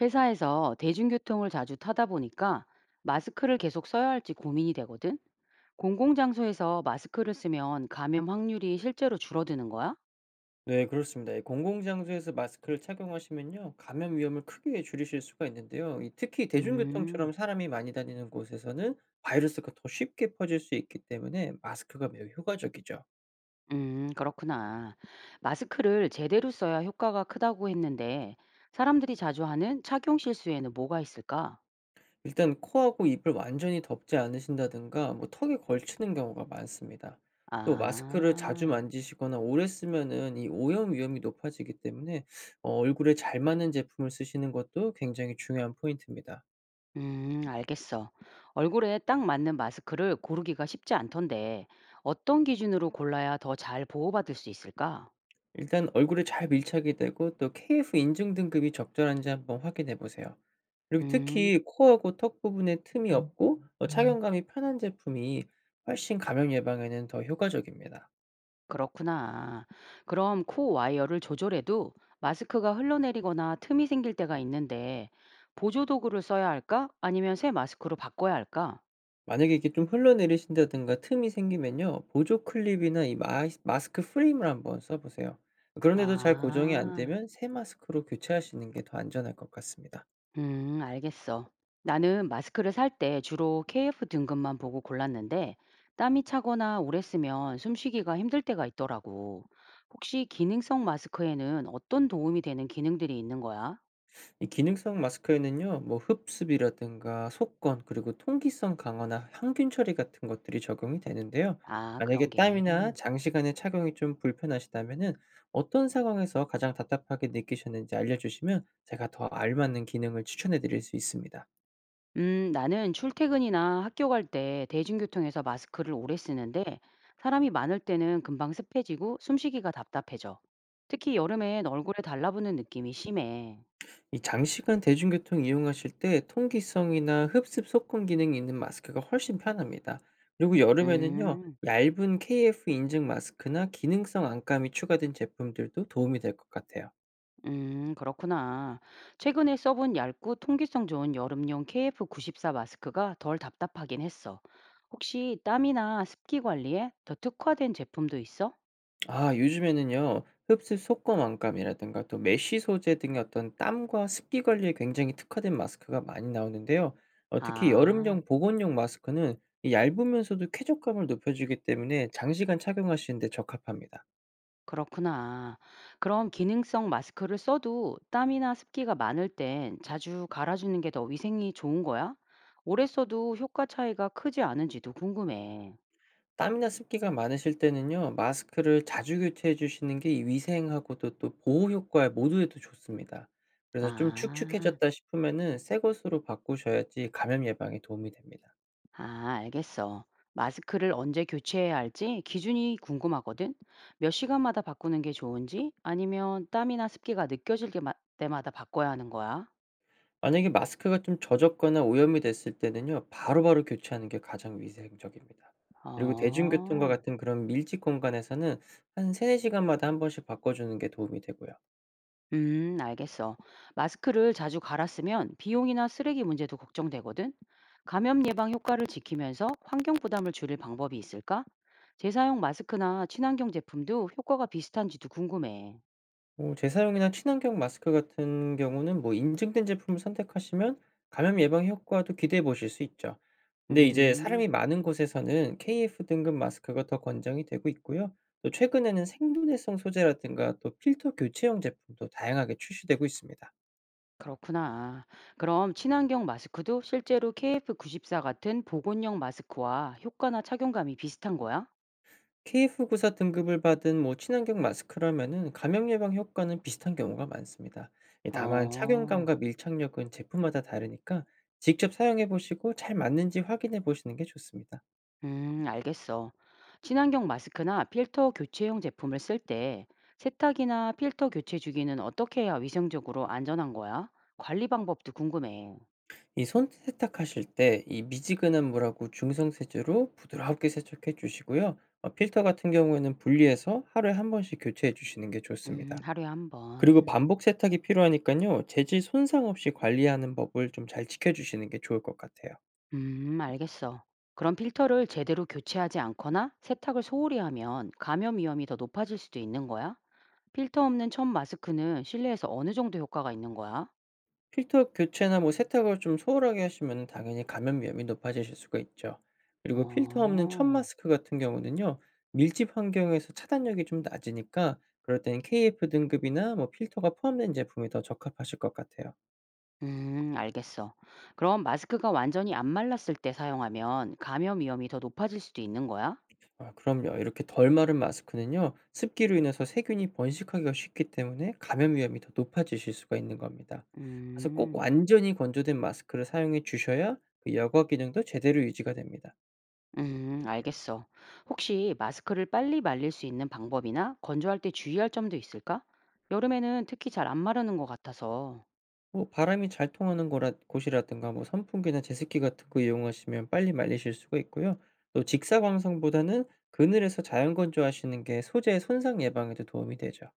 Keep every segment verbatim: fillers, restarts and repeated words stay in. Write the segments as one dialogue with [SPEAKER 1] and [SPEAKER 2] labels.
[SPEAKER 1] 회사에서 대중교통을 자주 타다 보니까 마스크를 계속 써야 할지 고민이 되거든. 공공장소에서 마스크를 쓰면 감염 확률이 실제로 줄어드는 거야?
[SPEAKER 2] 네, 그렇습니다. 이 공공장소에서 마스크를 착용하시면요. 감염 위험을 크게 줄이실 수가 있는데요. 이 특히 대중교통처럼
[SPEAKER 1] 음,
[SPEAKER 2] 사람이 많이 다니는 곳에서는 바이러스가 더 쉽게 퍼질 수 있기 때문에 마스크가 매우 효과적이죠.
[SPEAKER 1] 음, 그렇구나. 마스크를 제대로 써야 효과가 크다고 했는데 사람들이 자주 하는 착용 실수에는 뭐가 있을까?
[SPEAKER 2] 일단 코하고 입을 완전히 덮지 않으신다든가 뭐 턱에 걸치는 경우가 많습니다. 또 마스크를 자주
[SPEAKER 1] 아,
[SPEAKER 2] 만지시거나 오래 쓰면은 이 오염 위험이 높아지기 때문에 어 얼굴에 잘 맞는 제품을 쓰시는 것도 굉장히 중요한 포인트입니다.
[SPEAKER 1] 음, 알겠어. 얼굴에 딱 맞는 마스크를 고르기가 쉽지 않던데 어떤 기준으로 골라야 더 잘 보호받을 수 있을까?
[SPEAKER 2] 일단 얼굴에 잘 밀착이 되고 또 케이에프 인증 등급이 적절한지 한번 확인해 보세요. 그리고
[SPEAKER 1] 음.
[SPEAKER 2] 특히 코하고 턱 부분에 틈이 없고 어 착용감이 편한 제품이 훨씬 감염 예방에는 더 효과적입니다.
[SPEAKER 1] 그렇구나. 그럼 코 와이어를 조절해도 마스크가 흘러내리거나 틈이 생길 때가 있는데 보조 도구를 써야 할까? 아니면 새 마스크로 바꿔야 할까?
[SPEAKER 2] 만약에 이게 좀 흘러내리신다든가 틈이 생기면요. 보조 클립이나 이 마이 마스크 프레임을 한번 써 보세요. 그런데도 잘 고정이 안
[SPEAKER 1] 아,
[SPEAKER 2] 되면 새 마스크로 교체하시는 게 더 안전할 것 같습니다.
[SPEAKER 1] 음, 알겠어. 나는 마스크를 살 때 주로 케이에프 등급만 보고 골랐는데 땀이 차거나 오래 쓰면 숨쉬기가 힘들 때가 있더라고. 혹시 기능성 마스크에는 어떤 도움이 되는 기능들이 있는 거야?
[SPEAKER 2] 이 기능성 마스크에는요. 뭐 흡습이라든가 속건 그리고 통기성 강화나 항균 처리 같은 것들이 적용이 되는데요.
[SPEAKER 1] 아, 그런
[SPEAKER 2] 만약에
[SPEAKER 1] 게.
[SPEAKER 2] 땀이나 장시간의 착용이 좀 불편하시다면은 어떤 상황에서 가장 답답하게 느끼셨는지 알려주시면 제가 더 알맞는 기능을 추천해 드릴 수 있습니다.
[SPEAKER 1] 음, 나는 출퇴근이나 학교 갈 때 대중교통에서 마스크를 오래 쓰는데 사람이 많을 때는 금방 습해지고 숨쉬기가 답답해져. 특히 여름엔 얼굴에 달라붙는 느낌이 심해.
[SPEAKER 2] 이 장시간 대중교통 이용하실 때 통기성이나 흡습 소금 기능이 있는 마스크가 훨씬 편합니다. 그리고 여름에는요,
[SPEAKER 1] 음,
[SPEAKER 2] 얇은 케이에프 인증 마스크나 기능성 안감이 추가된 제품들도 도움이 될 것 같아요.
[SPEAKER 1] 음, 그렇구나. 최근에 써본 얇고 통기성 좋은 여름용 케이에프구십사 마스크가 덜 답답하긴 했어. 혹시 땀이나 습기 관리에 더 특화된 제품도 있어?
[SPEAKER 2] 아, 요즘에는요, 흡습 소금 안감이라든가 또 메쉬 소재 등의 어떤 땀과 습기 관리에 굉장히 특화된 마스크가 많이 나오는데요. 어, 특히
[SPEAKER 1] 아.
[SPEAKER 2] 여름용 보건용 마스크는 이 얇으면서도 쾌적감을 높여주기 때문에 장시간 착용하시는데 적합합니다.
[SPEAKER 1] 그렇구나. 그럼 기능성 마스크를 써도 땀이나 습기가 많을 땐 자주 갈아주는 게 더 위생이 좋은 거야? 오래 써도 효과 차이가 크지 않은지도 궁금해.
[SPEAKER 2] 땀이나 습기가 많으실 때는요. 마스크를 자주 교체해 주시는 게이 위생하고도 또 보호 효과 모두에도 좋습니다. 그래서 좀
[SPEAKER 1] 아,
[SPEAKER 2] 축축해졌다 싶으면은 새 것으로 바꾸셔야지 감염 예방에 도움이 됩니다.
[SPEAKER 1] 아, 알겠어. 마스크를 언제 교체해야 할지 기준이 궁금하거든. 몇 시간마다 바꾸는 게 좋은지 아니면 땀이나 습기가 느껴질 게 마- 때마다 바꿔야 하는 거야?
[SPEAKER 2] 만약에 마스크가 좀 젖었거나 오염이 됐을 때는요. 바로바로 교체하는 게 가장 위생적입니다. 그리고 대중교통과
[SPEAKER 1] 어.
[SPEAKER 2] 같은 그런 밀집 공간에서는 한 삼에서 사 시간마다 한 번씩 바꿔 주는 게 도움이 되고요.
[SPEAKER 1] 음, 알겠어. 마스크를 자주 갈아 쓰면 비용이나 쓰레기 문제도 걱정되거든. 감염 예방 효과를 지키면서 환경 부담을 줄일 방법이 있을까? 재사용 마스크나 친환경 제품도 효과가 비슷한지도 궁금해.
[SPEAKER 2] 뭐 재사용이나 친환경 마스크 같은 경우는 뭐 인증된 제품을 선택하시면 감염 예방 효과도 기대해 보실 수 있죠. 근데 이제
[SPEAKER 1] 음,
[SPEAKER 2] 사람이 많은 곳에서는 케이에프 등급 마스크가 더 권장이 되고 있고요. 또 최근에는 생분해성 소재라든가 또 필터 교체형 제품도 다양하게 출시되고 있습니다.
[SPEAKER 1] 그렇구나. 그럼 친환경 마스크도 실제로 케이에프구십사 같은 보건용 마스크와 효과나 착용감이 비슷한 거야?
[SPEAKER 2] 케이에프구십사 등급을 받은 뭐 친환경 마스크라면은 감염 예방 효과는 비슷한 경우가 많습니다. 예, 다만
[SPEAKER 1] 어.
[SPEAKER 2] 착용감과 밀착력은 제품마다 다르니까 직접 사용해 보시고 잘 맞는지 확인해 보시는 게 좋습니다.
[SPEAKER 1] 음, 알겠어. 친환경 마스크나 필터 교체용 제품을 쓸 때 세탁이나 필터 교체 주기는 어떻게 해야 위생적으로 안전한 거야? 관리 방법도 궁금해.
[SPEAKER 2] 이 손 세탁하실 때 이 미지근한 물하고 중성 세제로 부드럽게 세척해 주시고요. 어 필터 같은 경우에는 분리해서 하루에 한 번씩 교체해 주시는 게
[SPEAKER 1] 음,
[SPEAKER 2] 좋습니다.
[SPEAKER 1] 하루에 한
[SPEAKER 2] 그리고
[SPEAKER 1] 번.
[SPEAKER 2] 반복 세탁이 필요하니까요 재질 손상 없이 관리하는 법을 좀 잘 지켜 주시는 게 좋을 것 같아요.
[SPEAKER 1] 음, 알겠어. 그럼 필터를 제대로 교체하지 않거나 세탁을 소홀히 하면 감염 위험이 더 높아질 수도 있는 거야? 필터 없는 천 마스크는 실내에서 어느 정도 효과가 있는 거야?
[SPEAKER 2] 필터 교체나 뭐 세탁을 좀 소홀하게 하시면 당연히 감염 위험이 높아지실 수가 있죠. 그리고 필터 없는 천
[SPEAKER 1] 어.
[SPEAKER 2] 마스크 같은 경우는요. 밀집 환경에서 차단력이 좀 낮으니까 그럴 때는 케이에프 등급이나 뭐 필터가 포함된 제품이 더 적합하실 것 같아요.
[SPEAKER 1] 음, 알겠어. 그럼 마스크가 완전히 안 말랐을 때 사용하면 감염 위험이 더 높아질 수도 있는 거야?
[SPEAKER 2] 아, 그럼요. 이렇게 덜 마른 마스크는요. 습기로 인해서 세균이 번식하기가 쉽기 때문에 감염 위험이 더 높아지실 수가 있는 겁니다. 그래서 꼭
[SPEAKER 1] 음,
[SPEAKER 2] 완전히 건조된 마스크를 사용해 주셔야 그 여과 기능도 제대로 유지가 됩니다.
[SPEAKER 1] 음, 알겠어. 혹시 마스크를 빨리 말릴 수 있는 방법이나 건조할 때 주의할 점도 있을까? 여름에는 특히 잘 안 마르는 것 같아서.
[SPEAKER 2] 뭐 바람이 잘 통하는 거라 곳이라든가 뭐 선풍기나 제습기 같은 거 이용하시면 빨리 말리실 수가 있고요. 또 직사광선보다는 그늘에서 자연 건조하시는 게 소재 손상 예방에도 도움이 되죠.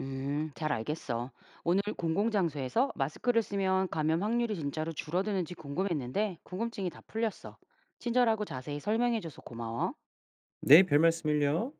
[SPEAKER 1] 음, 잘 알겠어. 오늘 공공장소에서 마스크를 쓰면 감염 확률이 진짜로 줄어드는지 궁금했는데 궁금증이 다 풀렸어. 친절하고 자세히 설명해줘서 고마워.
[SPEAKER 2] 네, 별말씀을요.